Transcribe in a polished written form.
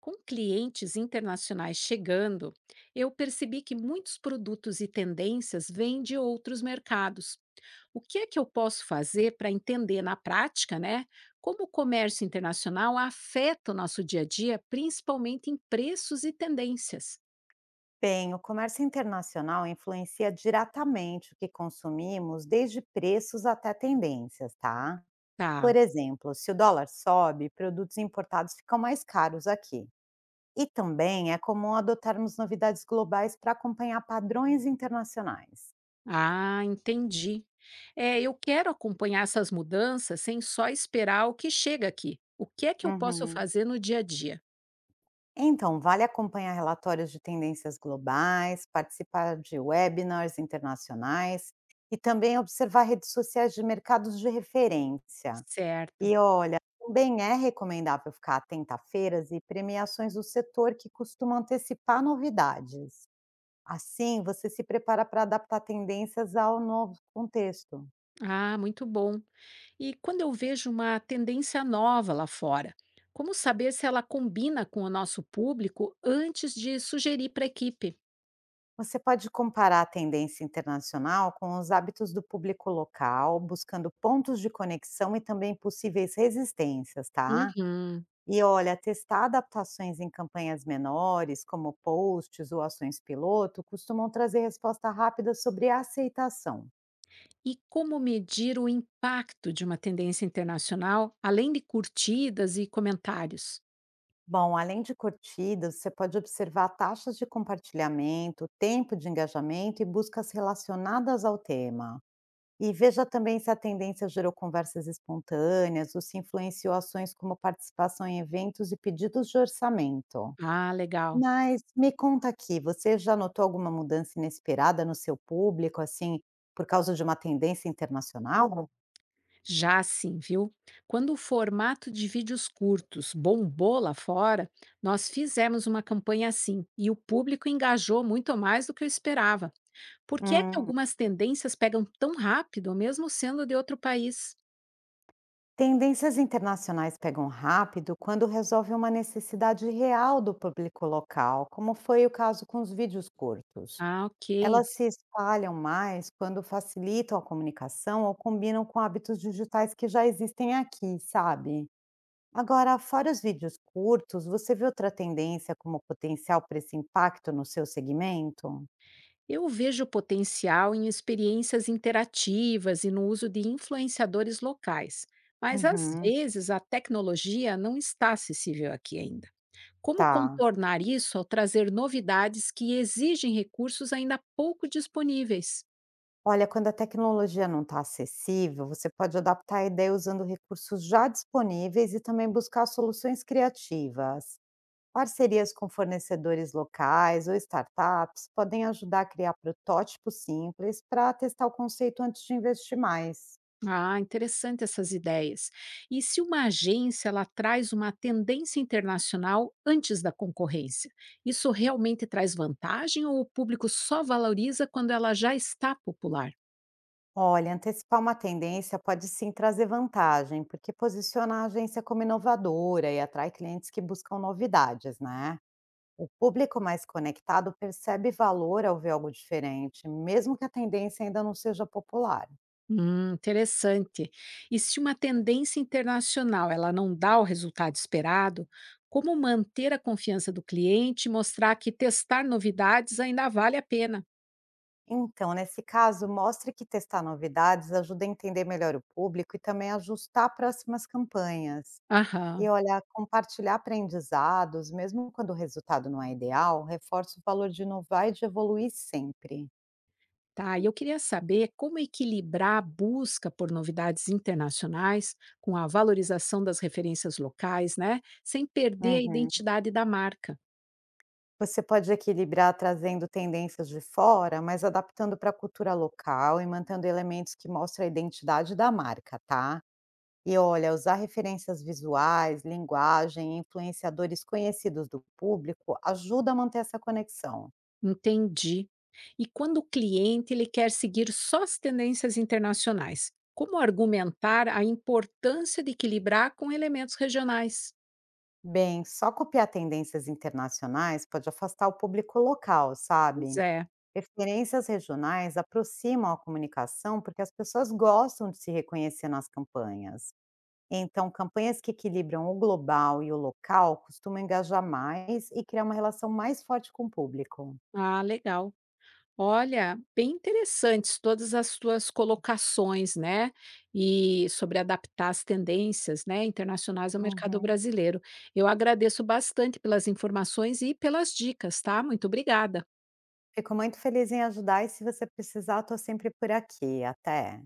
Com clientes internacionais chegando, eu percebi que muitos produtos e tendências vêm de outros mercados. O que é que eu posso fazer para entender na prática, né, como o comércio internacional afeta o nosso dia a dia, principalmente em preços e tendências? Bem, o comércio internacional influencia diretamente o que consumimos, desde preços até tendências, tá? Tá. Por exemplo, se o dólar sobe, produtos importados ficam mais caros aqui. E também é comum adotarmos novidades globais para acompanhar padrões internacionais. Ah, entendi. É, eu quero acompanhar essas mudanças sem só esperar o que chega aqui. O que é que eu posso Uhum. fazer no dia a dia? Então, vale acompanhar relatórios de tendências globais, participar de webinars internacionais e também observar redes sociais de mercados de referência. Certo. E olha, também é recomendável ficar atenta a feiras e premiações do setor que costumam antecipar novidades. Assim, você se prepara para adaptar tendências ao novo contexto. Ah, muito bom. E quando eu vejo uma tendência nova lá fora, como saber se ela combina com o nosso público antes de sugerir para a equipe? Você pode comparar a tendência internacional com os hábitos do público local, buscando pontos de conexão e também possíveis resistências, tá? Uhum. E olha, testar adaptações em campanhas menores, como posts ou ações piloto, costumam trazer resposta rápida sobre aceitação. E como medir o impacto de uma tendência internacional, além de curtidas e comentários? Bom, além de curtidas, você pode observar taxas de compartilhamento, tempo de engajamento e buscas relacionadas ao tema. E veja também se a tendência gerou conversas espontâneas ou se influenciou ações como participação em eventos e pedidos de orçamento. Ah, legal. Mas me conta aqui, você já notou alguma mudança inesperada no seu público, assim, por causa de uma tendência internacional? Já sim, viu? Quando o formato de vídeos curtos bombou lá fora, nós fizemos uma campanha assim e o público engajou muito mais do que eu esperava. Por que é que Hum, algumas tendências pegam tão rápido, mesmo sendo de outro país? Tendências internacionais pegam rápido quando resolvem uma necessidade real do público local, como foi o caso com os vídeos curtos. Ah, ok. Elas se espalham mais quando facilitam a comunicação ou combinam com hábitos digitais que já existem aqui, sabe? Agora, fora os vídeos curtos, você vê outra tendência como potencial para esse impacto no seu segmento? Eu vejo potencial em experiências interativas e no uso de influenciadores locais, mas às Uhum, vezes a tecnologia não está acessível aqui ainda. Como tá. contornar isso ao trazer novidades que exigem recursos ainda pouco disponíveis? Olha, quando a tecnologia não está acessível, você pode adaptar a ideia usando recursos já disponíveis e também buscar soluções criativas. Parcerias com fornecedores locais ou startups podem ajudar a criar protótipos simples para testar o conceito antes de investir mais. Ah, interessante essas ideias. E se uma agência ela traz uma tendência internacional antes da concorrência, isso realmente traz vantagem ou o público só valoriza quando ela já está popular? Olha, antecipar uma tendência pode sim trazer vantagem, porque posiciona a agência como inovadora e atrai clientes que buscam novidades, né? O público mais conectado percebe valor ao ver algo diferente, mesmo que a tendência ainda não seja popular. Interessante. E se uma tendência internacional ela não dá o resultado esperado, como manter a confiança do cliente e mostrar que testar novidades ainda vale a pena? Então, nesse caso, mostre que testar novidades ajuda a entender melhor o público e também ajustar próximas campanhas. Aham. E olha, compartilhar aprendizados, mesmo quando o resultado não é ideal, reforça o valor de inovar e de evoluir sempre. Tá, e eu queria saber como equilibrar a busca por novidades internacionais com a valorização das referências locais, né? Sem perder a Uhum. identidade da marca. Você pode equilibrar trazendo tendências de fora, mas adaptando para a cultura local e mantendo elementos que mostram a identidade da marca, tá? E olha, usar referências visuais, linguagem e influenciadores conhecidos do público ajuda a manter essa conexão. Entendi. E quando o cliente ele quer seguir só as tendências internacionais, como argumentar a importância de equilibrar com elementos regionais? Bem, só copiar tendências internacionais pode afastar o público local, Pois sabe? é. Referências regionais aproximam a comunicação porque as pessoas gostam de se reconhecer nas campanhas. Então, campanhas que equilibram o global e o local costumam engajar mais e criar uma relação mais forte com o público. Ah, legal. Olha, bem interessantes todas as tuas colocações, né? E sobre adaptar as tendências, né, internacionais ao mercado Uhum. brasileiro. Eu agradeço bastante pelas informações e pelas dicas, tá? Muito obrigada. Fico muito feliz em ajudar e se você precisar, estou sempre por aqui. Até.